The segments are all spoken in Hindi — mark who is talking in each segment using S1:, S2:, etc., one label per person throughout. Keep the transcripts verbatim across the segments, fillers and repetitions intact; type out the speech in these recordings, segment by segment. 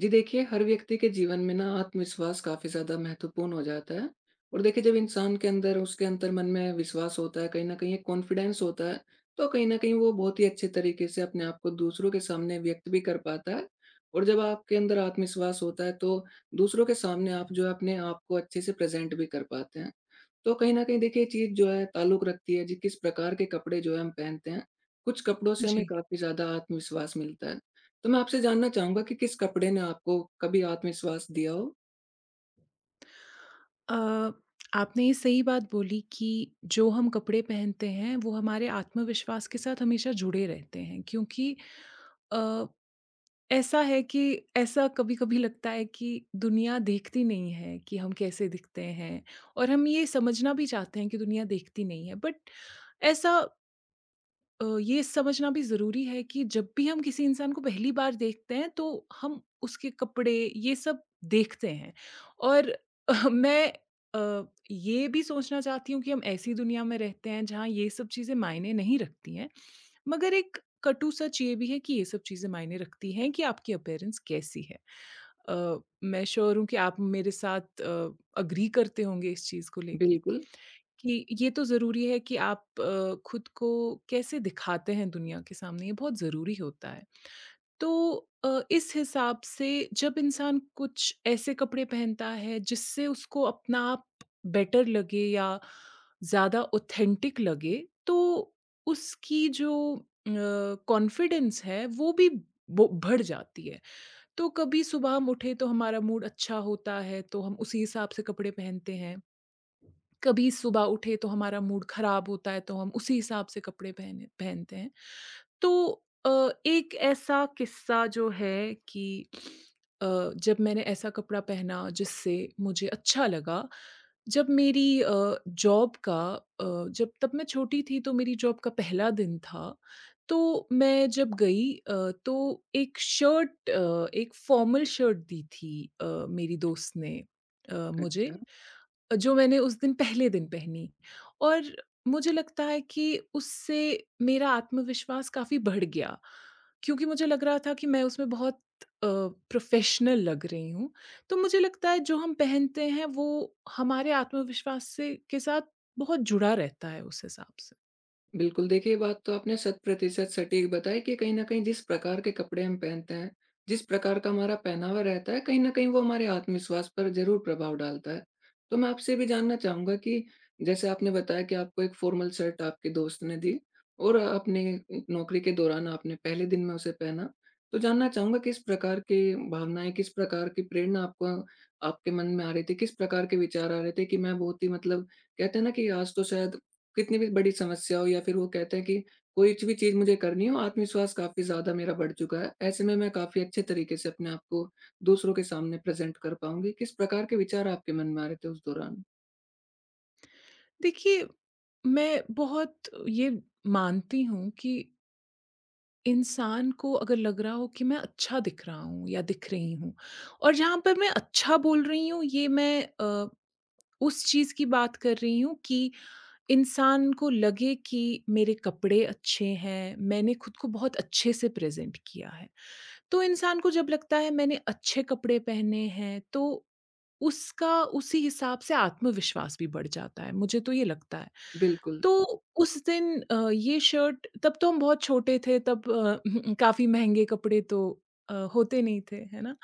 S1: जी देखिए, हर व्यक्ति के जीवन में ना आत्मविश्वास काफ़ी ज़्यादा महत्वपूर्ण हो जाता है। और देखिए जब इंसान के अंदर उसके अंतर्मन में विश्वास होता है, कहीं न कहीं एक कॉन्फिडेंस होता है, तो कहीं न कहीं वो बहुत ही अच्छे तरीके से अपने आप को दूसरों के सामने व्यक्त भी कर पाता है। और जब आपके अंदर आत्मविश्वास होता है, तो दूसरों के सामने आप जो है अपने आप को अच्छे से प्रेज़ेंट भी कर पाते हैं। तो कहीं न कहीं देखिए ये चीज़ जो है ताल्लुक रखती है जी किस प्रकार के कपड़े जो है हम पहनते हैं। कुछ कपड़ों से हमें
S2: जी।
S1: काफ़ी ज़्यादा आत्मविश्वास मिलता है। तो मैं आपसे जानना चाहूँगा कि किस कपड़े ने आपको कभी आत्मविश्वास दिया हो?
S2: अ, आपने ये सही बात बोली कि जो हम कपड़े पहनते हैं, वो हमारे आत्मविश्वास के साथ हमेशा जुड़े रहते हैं क्योंकि अ, ऐसा है कि ऐसा कभी-कभी लगता है कि दुनिया देखती नहीं है कि हम कैसे दिखते हैं और हम ये समझना भी चाहते हैं कि दुनिया देखती नहीं है बट ऐसा अ, ये समझना भी ज़रूरी है कि जब भी हम किसी इंसान को पहली बार देखते हैं तो हम उसके कपड़े ये सब देखते हैं और मैं अ, ये भी सोचना चाहती हूँ कि हम ऐसी दुनिया में रहते हैं जहाँ ये सब चीज़ें मायने नहीं रखती हैं। मगर एक कटु सच ये भी है कि ये सब चीज़ें मायने रखती हैं कि आपकी अपीयरेंस कैसी है। अ, मैं श्योर हूँ कि आप मेरे साथ अ, एग्री करते होंगे इस चीज़ को लेके।
S1: बिल्कुल।
S2: कि ये तो ज़रूरी है कि आप अ, खुद को कैसे दिखाते हैं दुनिया के सामने, ये बहुत ज़रूरी होता है। तो अ, इस हिसाब से जब इंसान कुछ ऐसे कपड़े पहनता है जिससे उसको अपना आप बेटर लगे या ज़्यादा ऑथेंटिक लगे, तो उसकी जो अ, कॉन्फिडेंस है वो भी बो बढ़ जाती है। तो कभी सुबह हम उठे तो हमारा मूड अच्छा होता है, तो हम उसी हिसाब से कपड़े पहनते हैं। कभी सुबह उठे तो हमारा मूड ख़राब होता है, तो हम उसी हिसाब से कपड़े पहने पहनते हैं। तो अ, एक ऐसा किस्सा जो है कि अ, जब मैंने ऐसा कपड़ा पहना जिससे मुझे अच्छा लगा, जब मेरी अ, जॉब का अ, जब तब मैं छोटी थी तो मेरी जॉब का पहला दिन था। तो मैं जब गई अ, तो एक शर्ट अ, एक फ़ॉर्मल शर्ट दी थी अ, मेरी दोस्त ने अ, मुझे।
S1: अच्छा।
S2: जो मैंने उस दिन पहले दिन पहनी और मुझे लगता है कि उससे मेरा आत्मविश्वास काफ़ी बढ़ गया, क्योंकि मुझे लग रहा था कि मैं उसमें बहुत अ, प्रोफ़ेशनल लग रही हूँ। तो मुझे लगता है जो हम पहनते हैं वो हमारे आत्मविश्वास से के साथ बहुत जुड़ा रहता है उस हिसाब से।
S1: बिल्कुल, देखिए ये बात तो आपने शत प्रतिशत सटीक बताई कि कहीं न कहीं जिस प्रकार के कपड़े हम पहनते हैं, जिस प्रकार का हमारा पहनावा रहता है, कहीं न कहीं वो हमारे आत्मविश्वास पर ज़रूर प्रभाव डालता है। तो मैं आपसे ये भी जानना चाहूँगा कि जैसे आपने बताया कि आपको एक फ़ॉर्मल शर्ट आपके दोस्त ने दी और अपने नौकरी के दौरान आपने पहले दिन में उसे पहना। तो जानना चाहूँगा किस प्रकार की भावनाएँ, किस प्रकार की प्रेरणा आपको आपके मन में आ रही थी? किस प्रकार के विचार आ रहे थे कि मैं बहुत ही मतलब, कहते हैं ना कि आज तो शायद कितनी भी बड़ी समस्या हो या फिर वो कहते हैं कि कोई भी चीज़ मुझे करनी हो, आत्मविश्वास काफ़ी ज़्यादा मेरा बढ़ चुका है। ऐसे में मैं काफ़ी अच्छे तरीके से अपने आप को दूसरों के सामने प्रेज़ेंट कर पाऊँगी। किस प्रकार के विचार आपके मन में आ रहे थे उस दौरान?
S2: देखिए, मैं बहुत ये मानती हूँ कि इंसान को अगर लग रहा हो कि मैं अच्छा दिख रहा हूँ या दिख रही हूँ और जहाँ पर मैं अच्छा बोल रही हूँ ये मैं अ, उस चीज़ की बात कर रही हूँ कि इंसान को लगे कि मेरे कपड़े अच्छे हैं, मैंने खुद को बहुत अच्छे से प्रेज़ेंट किया है। तो इंसान को जब लगता है मैंने अच्छे कपड़े पहने हैं तो उसका उसी हिसाब से आत्मविश्वास भी बढ़ जाता है, मुझे तो ये लगता है।
S1: बिल्कुल।
S2: तो उस दिन अ, ये शर्ट तब तो हम बहुत छोटे थे तब अ, काफ़ी महँगे कपड़े तो अ, होते नहीं थे, है ना?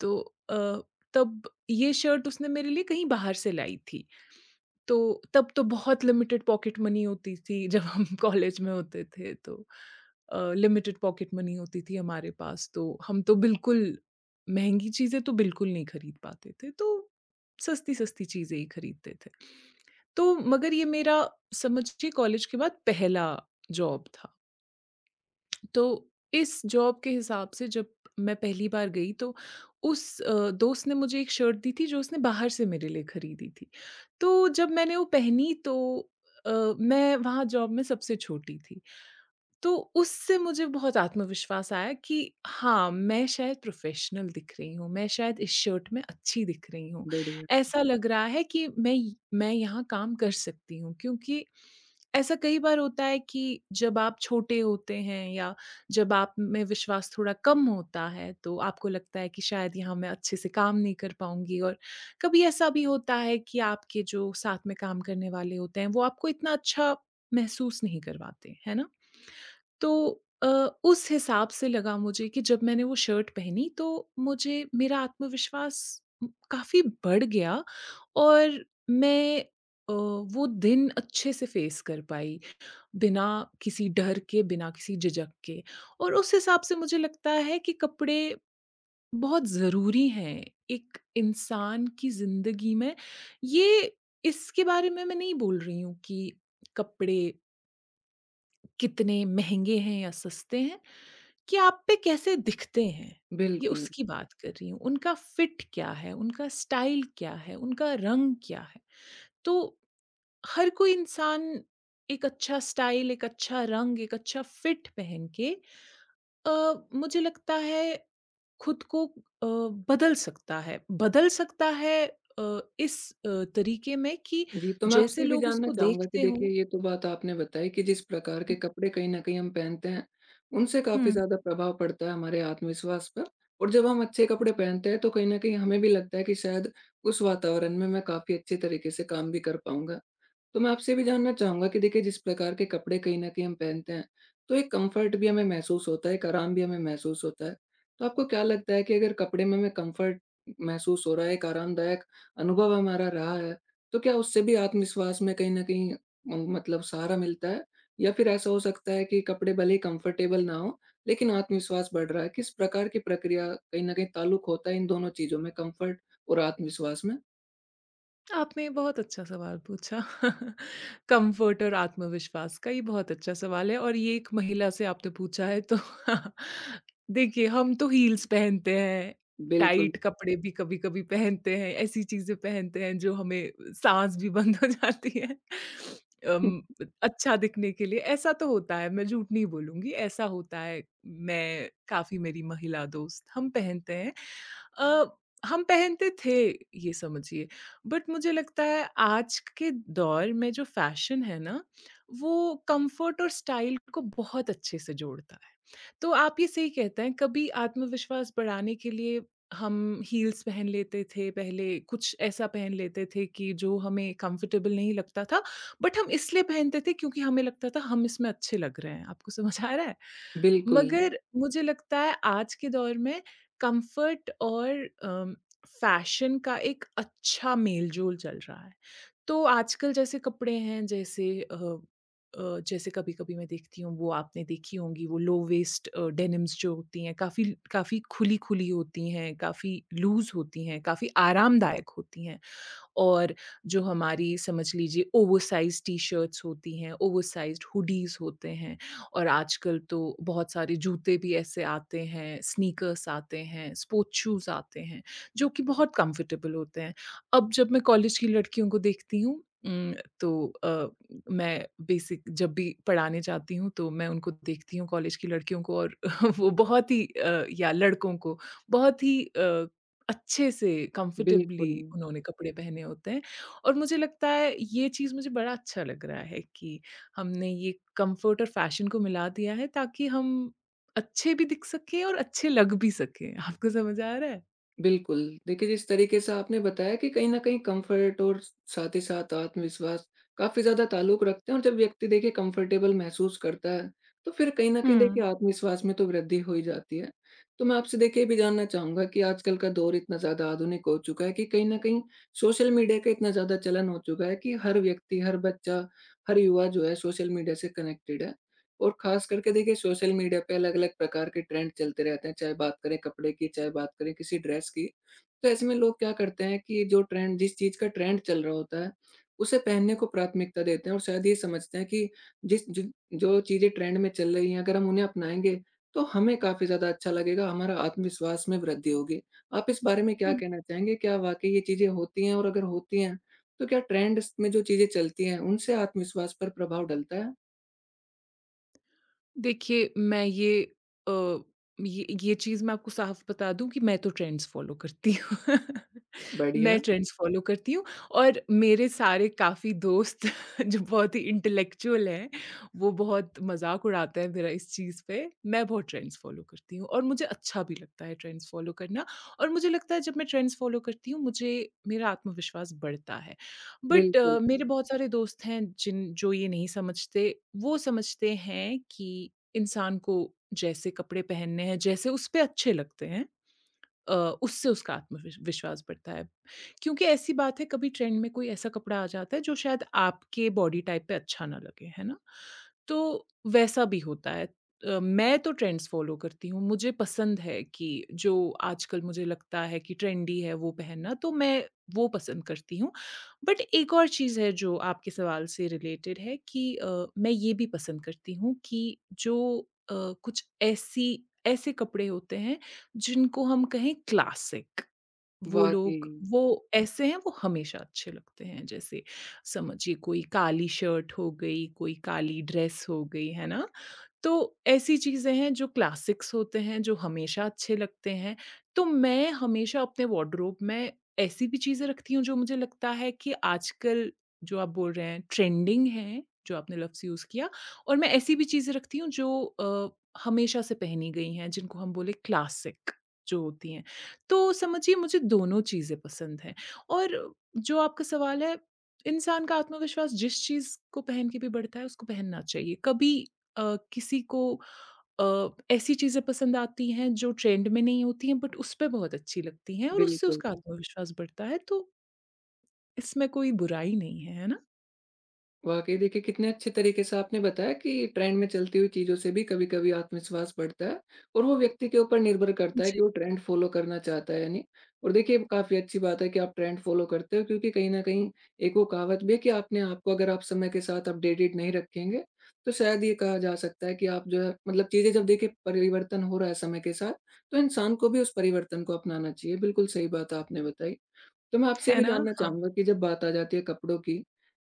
S2: तो अ, तब ये शर्ट उसने मेरे लिए कहीं बाहर से लाई थी। तो तब तो बहुत लिमिटेड पॉकेट मनी होती थी जब हम कॉलेज में होते थे तो अ, लिमिटेड पॉकेट मनी होती थी हमारे पास तो हम तो बिल्कुल महँगी चीज़ें तो बिल्कुल नहीं खरीद पाते थे तो सस्ती-सस्ती चीज़ें ही खरीदते थे। तो मगर ये मेरा समझिए कॉलेज के बाद पहला जॉब था। तो इस जॉब के हिसाब से जब मैं पहली बार गई तो उस अ, दोस्त ने मुझे एक शर्ट दी थी जो उसने बाहर से मेरे लिए खरीदी थी। तो जब मैंने वो पहनी तो अ, मैं वहाँ जॉब में सबसे छोटी थी। तो उससे मुझे बहुत आत्मविश्वास आया कि हाँ, मैं शायद प्रोफ़ेशनल दिख रही हूँ, मैं शायद इस शर्ट में अच्छी दिख रही हूँ।
S1: बढ़िया।
S2: ऐसा लग रहा है कि मैं य मैं यहाँ काम कर सकती हूँ क्योंकि ऐसा कई बार होता है कि जब आप छोटे होते हैं या जब आप में विश्वास थोड़ा कम होता है, तो आपको लगता है कि शायद यहाँ मैं अच्छे से काम नहीं कर पाऊँगी और कभी ऐसा भी होता है कि आपके जो साथ में काम करने वाले होते हैं, वो आपको इतना अच्छा महसूस नहीं करवाते, है ना? तो अ, उस हिसाब से लगा मुझे कि जब मैंने वो शर्ट पहनी तो मुझे मेरा आत्मविश्वास उम, काफ़ी बढ़ गया और मैं अ, वो दिन अच्छे से फ़ेस कर पाई, बिना किसी डर के, बिना किसी झिझक के और उस हिसाब से मुझे लगता है कि कपड़े बहुत ज़रूरी हैं, एक इंसान की ज़िंदगी में। ये इसके बारे में मैं नहीं बोल रही हूँ कि कपड़े कितने महँगे हैं या सस्ते हैं, कि आप पे कैसे दिखते हैं, ये
S1: बिल्कुल।
S2: उसकी बात कर रही हूँ। उनका फिट क्या है, उनका स्टाइल क्या है, उनका रंग क्या है। तो हर कोई इंसान एक अच्छा स्टाइल, एक अच्छा रंग, एक अच्छा फिट पहन के अ, मुझे लगता है खुद को अ, बदल सकता है। बदल सकता है अ, इस अ, तरीके में कि
S1: जी, तो मैं आपसे
S2: जैसे
S1: ये भी
S2: लोग
S1: जानना
S2: उसको
S1: चाहूँगा कि
S2: देखते हों।
S1: देखिए ये तो बात आपने बताई कि जिस प्रकार के कपड़े कहीं न कहीं हम पहनते हैं, उनसे काफ़ी
S2: हुँ।
S1: ज़्यादा प्रभाव पड़ता है हमारे आत्मविश्वास पर। और जब हम अच्छे कपड़े पहनते हैं, तो कहीं न कहीं हमें भी लगता है कि शायद उस वातावरण में मैं काफ़ी अच्छे तरीके से काम भी कर पाऊँगा। तो मैं आपसे भी जानना चाहूँगा कि देखिए जिस प्रकार के कपड़े कहीं न कहीं हम पहनते हैं, तो एक कम्फ़र्ट भी हमें महसूस होता है, एक आराम भी हमें महसूस होता है। तो आपको क्या लगता है कि अगर कपड़े में हमें कम्फ़र्ट महसूस हो रहा है, एक आरामदायक अनुभव हमारा रहा है, तो क्या उससे भी आत्मविश्वास में कहीं न कहीं उम, मतलब सहारा मिलता है? या फिर ऐसा हो सकता है कि कपड़े भले ही कम्फ़र्टेबल ना हों, लेकिन आत्मविश्वास बढ़ रहा है? किस प्रकार की प्रक्रिया कहीं न कहीं ताल्लुक होता है इन दोनों चीज़ों में, कम्फ़र्ट और आत्मविश्वास में?
S2: आपने बहुत अच्छा सवाल पूछा। कम्फ़र्ट और आत्मविश्वास का ये बहुत अच्छा सवाल है और ये एक महिला से आपने पूछा है तो देखिए हम तो हील्स पहनते हैं,
S1: बिल्कुल,
S2: टाइट कपड़े भी कभी-कभी पहनते हैं, ऐसी चीज़ें पहनते हैं जो हमें साँस भी बंद हो जाती है। अम, अच्छा दिखने के लिए ऐसा तो होता है, मैं झूठ नहीं बोलूँगी, ऐसा होता है। मैं काफ़ी मेरी महिला दोस्त हम पहनते हैं। अ, हम पहनते थे ये समझिए बट मुझे लगता है आज के दौर में जो फैशन है ना, वो कम्फर्ट और स्टाइल को बहुत अच्छे से जोड़ता है। तो आप ये सही कहते हैं, कभी आत्मविश्वास बढ़ाने के लिए हम हील्स पहन लेते थे पहले, कुछ ऐसा पहन लेते थे कि जो हमें कम्फर्टेबल नहीं लगता था, बट हम इसलिए पहनते थे क्योंकि हमें लगता था हम इसमें अच्छे लग रहे हैं। आपको समझ आ रहा है?
S1: बिल्कुल,
S2: मगर मुझे लगता है आज के दौर में कम्फर्ट और अम फैशन का एक अच्छा मेल-जोल चल रहा है। तो आजकल जैसे कपड़े हैं जैसे अ अ, जैसे कभी-कभी मैं देखती हूँ वो आपने देखी होंगी वो लो वेस्ट अ, डेनिम्स जो होती हैं काफ़ी काफ़ी खुली-खुली होती हैं, काफ़ी लूज़ होती हैं, काफ़ी आरामदायक होती हैं। और जो हमारी समझ लीजिए ओवरसाइज़ टी-शर्ट्स होती हैं, ओवरसाइज़्ड हुडीज़ होते हैं और आजकल तो बहुत सारे जूते भी ऐसे आते हैं, स्नीकर्स आते हैं, स्पोर्ट्स शूज़ आते हैं, जो कि बहुत कंफर्टेबल होते हैं। अब जब मैं कॉलेज की लड़कियों को देखती हूँ उम, तो अ, मैं बेसिक जब भी पढ़ाने जाती हूँ, तो मैं उनको देखती हूँ कॉलेज की लड़कियों को और वो बहुत ही अ, या लड़कों को बहुत ही अ, अच्छे से कंफर्टेबली
S1: बिल्कुल।
S2: उन्होंने कपड़े पहने होते हैं और मुझे लगता है ये चीज़ मुझे बड़ा अच्छा लग रहा है कि हमने ये कंफर्ट और फैशन को मिला दिया है ताकि हम अच्छे भी दिख सकें और अच्छे लग भी सकें। आपको समझ आ रहा है?
S1: बिल्कुल। देखिए, जिस तरीके से आपने बताया कि कहीं न कहीं कम्फ़र्ट और साथ ही साथ आत्मविश्वास काफ़ी ज़्यादा ताल्लुक रखते हैं, और जब व्यक्ति देखिए कम्फ़र्टेबल महसूस करता है, तो फिर कहीं न कहीं
S2: हुँ,
S1: देखिए आत्मविश्वास में तो वृद्धि हो ही जाती है। तो मैं आपसे देखिए ये भी जानना चाहूँगा कि आजकल का दौर इतना ज़्यादा आधुनिक हो चुका है कि कहीं न कहीं सोशल मीडिया का इतना ज़्यादा चलन हो चुका है कि हर व्यक्ति, हर बच्चा, हर युवा जो है सोशल मीडिया से कनेक्टेड है। और ख़ास करके देखिए सोशल मीडिया पे अलग-अलग प्रकार के ट्रेंड चलते रहते हैं, चाहे बात करें कपड़े की, चाहे बात करें किसी ड्रेस की। तो ऐसे में लोग क्या करते हैं कि जो ट्रेंड, जिस चीज़ का ट्रेंड चल रहा होता है, उसे पहनने को प्राथमिकता देते हैं और शायद ये समझते हैं कि जिस जिन जो चीज़ें ट्रेंड में चल रही हैं, अगर हम उन्हें अपनाएँगे, तो हमें काफ़ी ज़्यादा अच्छा लगेगा, हमारा आत्मविश्वास में वृद्धि होगी। आप इस बारे में क्या
S2: हुँ।
S1: कहना चाहेंगे? क्या वाक़ई ये चीज़ें होती हैं, और अगर होती हैं, तो क्या ट्रेंड्स में जो चीज़ें चलती हैं, उनसे आत्मविश्वास पर प्रभाव डलता है?
S2: देखिए, मैं ये अ, ये ये चीज़ मैं आपको साफ बता दूँ कि मैं तो ट्रेंड्स फ़ॉलो करती हूँ। मैं
S1: बढ़िया।
S2: ट्रेंड्स फ़ॉलो करती हूँ और मेरे सारे काफ़ी दोस्त जो बहुत ही इंटेलेक्चुअल हैं, वो बहुत मज़ाक उड़ाते हैं मेरा इस चीज़ पे। मैं बहुत ट्रेंड्स फ़ॉलो करती हूँ और मुझे अच्छा भी लगता है ट्रेंड्स फ़ॉलो करना और मुझे लगता है जब मैं ट्रेंड्स फ़ॉलो करती हूँ, मुझे मेरा आत्मविश्वास बढ़ता है। बट अ,
S1: बिल्कुल,
S2: मेरे बहुत सारे दोस्त हैं जिन जो ये नहीं समझते, वो समझते हैं कि इंसान को जैसे कपड़े पहनने हैं, जैसे उस पे अच्छे लगते हैं अ, उससे उसका आत्मविश विश्वास बढ़ता है। क्योंकि ऐसी बात है कभी ट्रेंड में कोई ऐसा कपड़ा आ जाता है जो शायद आपके बॉडी टाइप पे अच्छा ना लगे, है ना? तो वैसा भी होता है। अ, मैं तो ट्रेंड्स फ़ॉलो करती हूँ, मुझे पसंद है कि जो आजकल मुझे लगता है कि ट्रेंडी है वो पहनना तो मैं वो पसंद करती हूँ। बट एक और चीज़ है जो आपके सवाल से रिलेटेड है कि अ, मैं ये भी पसंद करती हूँ कि जो अ, कुछ ऐसी ऐसे कपड़े होते हैं जिनको हम कहें क्लासिक, वो
S1: वाक़ई,
S2: लोग वो ऐसे हैं वो हमेशा अच्छे लगते हैं। जैसे समझिए कोई काली शर्ट हो गई, कोई काली ड्रेस हो गई, है ना? तो ऐसी चीज़ें हैं जो क्लासिक्स होते हैं, जो हमेशा अच्छे लगते हैं। तो मैं हमेशा अपने वार्डरोब में ऐसी भी चीज़ें रखती हूँ जो मुझे लगता है कि आजकल जो आप बोल रहे हैं ट्रेंडिंग है, जो आपने लफ्ज़ यूज़ किया और मैं ऐसी भी चीज़ें रखती हूँ जो अ, हमेशा से पहनी गई हैं जिनको हम बोले क्लासिक जो होती हैं। तो समझिए मुझे दोनों चीज़ें पसंद हैं और जो आपका सवाल है इंसान का आत्मविश्वास जिस चीज़ को पहन के भी बढ़ता है उसको पहनना चाहिए। कभी अ, किसी को अ, ऐसी चीज़ें पसंद आती हैं जो ट्रेंड में नहीं होती हैं बट उस पे बहुत अच्छी लगती हैं और उससे
S1: बिल्कुल।
S2: उसका आत्मविश्वास बढ़ता है तो इसमें कोई बुराई नहीं है, है ना?
S1: वाक़ई देखिए कितने अच्छे तरीके से आपने बताया कि ट्रेंड में चलती हुई चीज़ों से भी कभी-कभी आत्मविश्वास बढ़ता है, और वो व्यक्ति के ऊपर निर्भर करता है
S2: जी,
S1: कि वो ट्रेंड फ़ॉलो करना चाहता है या नहीं। और देखिए काफ़ी अच्छी बात है कि आप ट्रेंड फ़ॉलो करते हो, क्योंकि कहीं न कहीं एक वो कहावत भी है कि आपने आपको अगर आप समय के साथ अपडेटेड नहीं रखेंगे, तो शायद ये कहा जा सकता है कि आप जो है मतलब चीज़ें जब देखिए परिवर्तन हो रहा है समय के साथ, तो इंसान को भी उस परिवर्तन को अपनाना चाहिए। बिल्कुल सही बात आपने बताई। तो मैं आपसे ये
S2: है
S1: भी
S2: ना?
S1: जानना
S2: हाँ।
S1: चाहूँगा कि जब बात आ जाती है कपड़ों की,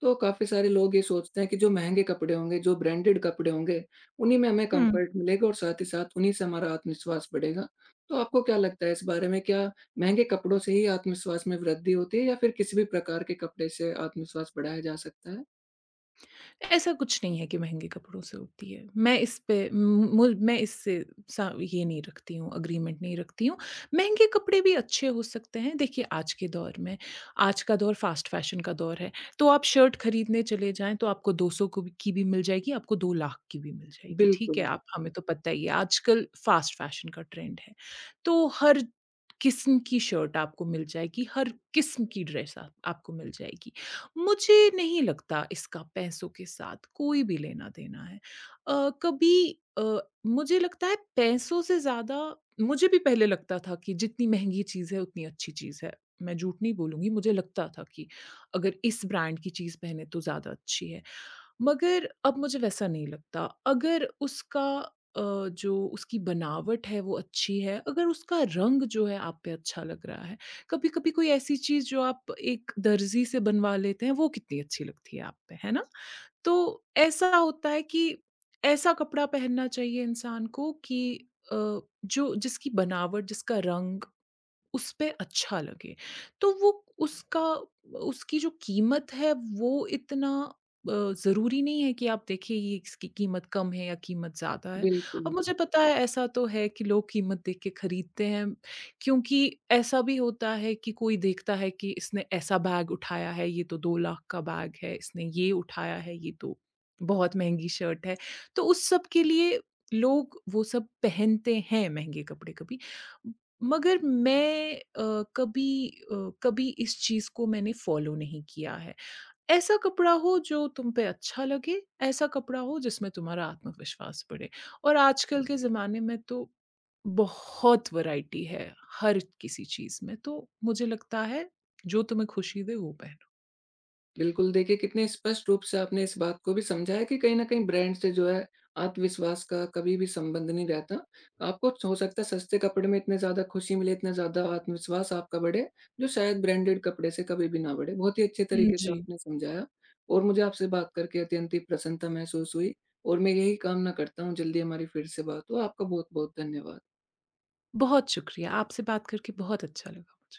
S1: तो काफ़ी सारे लोग ये सोचते हैं कि जो महँगे कपड़े होंगे, जो ब्रांडेड कपड़े होंगे, उन्हीं में हमें
S2: हुँ।
S1: कम्फ़र्ट मिलेगा और साथ ही साथ उन्हीं से हमारा आत्मविश्वास बढ़ेगा। तो आपको क्या लगता है इस बारे में, क्या महँगे कपड़ों से ही आत्मविश्वास में वृद्धि होती है या फिर किसी भी प्रकार के कपड़े से आत्मविश्वास बढ़ाया जा सकता है?
S2: ऐसा कुछ नहीं है कि महँगे कपड़ों से होती है। मैं इस पे मु मैं इससे सा ये नहीं रखती हूँ, एग्रीमेंट नहीं रखती हूँ। महँगे कपड़े भी अच्छे हो सकते हैं। देखिए आज के दौर में आज का दौर फ़ास्ट फ़ैशन का दौर है। तो आप शर्ट खरीदने चले जाएँ तो आपको दो सौ को भी की भी मिल जाएगी, आपको दो लाख की भी मिल जाएगी, ठीक है?
S1: बिल्कुल,
S2: आप हमें तो पता ही है आजकल फ़ास्ट फ़ैशन का ट्रेंड है। तो हर किस्म की शर्ट आपको मिल जाएगी, हर किस्म की ड्रेस आप आपको मिल जाएगी। मुझे नहीं लगता इसका पैसों के साथ कोई भी लेना-देना है। अ, कभी अ, मुझे लगता है पैसों से ज़्यादा मुझे भी पहले लगता था कि जितनी महँगी चीज़ है उतनी अच्छी चीज़ है। मैं झूठ नहीं बोलूँगी मुझे लगता था कि अगर इस ब्रांड की चीज़ पहने तो ज़्यादा अच्छी है। मगर अब मुझे वैसा नहीं लगता। अगर उसका अ, जो उसकी बनावट है वो अच्छी है, अगर उसका रंग जो है आप पे अच्छा लग रहा है, कभी-कभी कोई ऐसी चीज़ जो आप एक दर्जी से बनवा लेते हैं, वो कितनी अच्छी लगती है आप पे, है ना? तो ऐसा होता है कि ऐसा कपड़ा पहनना चाहिए इंसान को कि अ, जो जिसकी बनावट, जिसका रंग उसपे अच्छा लगे। तो वो उसका उसकी जो कीमत है वो इतना अ, ज़रूरी नहीं है कि आप देखिए ये इसकी कीमत कम है या कीमत ज़्यादा है। अब
S1: बिल्कुल।
S2: मुझे पता है ऐसा तो है कि लोग कीमत देख के खरीदते हैं क्योंकि ऐसा भी होता है कि कोई देखता है कि इसने ऐसा बैग उठाया है, ये तो दो लाख का बैग है, इसने ये उठाया है, ये तो बहुत महँगी शर्ट है। तो उस सब के लिए लोग वो सब पहनते हैं महँगे कपड़े कभी। मगर मैं अ, कभी अ, कभी इस चीज़ को मैंने फ़ॉलो नहीं किया है। ऐसा कपड़ा हो जो तुम पे अच्छा लगे, ऐसा कपड़ा हो जिसमें तुम्हारा आत्मविश्वास बढ़े और आजकल के ज़माने में तो बहुत वैराइटी है हर किसी चीज़ में, तो मुझे लगता है जो तुम्हें खुशी दे वो पहनो।
S1: बिल्कुल, देखिए कितने स्पष्ट रूप से आपने इस बात को भी समझा है कि कहीं न कहीं ब्रांड से जो है आत्मविश्वास का कभी भी संबंध नहीं रहता। आपको हो सकता है सस्ते कपड़े में इतने ज़्यादा खुशी मिले, इतना ज़्यादा आत्मविश्वास आपका बढ़े, जो शायद ब्रांडेड कपड़े से कभी भी ना बढ़े। बहुत ही अच्छे तरीके से
S2: जी,
S1: आपने समझाया, और मुझे आपसे बात करके अत्यंत ही प्रसन्नता महसूस हुई, और मैं यही कामना करता हूँ जल्दी हमारी फिर से बात हो। आपका बहुत-बहुत धन्यवाद।
S2: बहुत शुक्रिया। आपसे बात करके बहुत अच्छा लगा मुझे।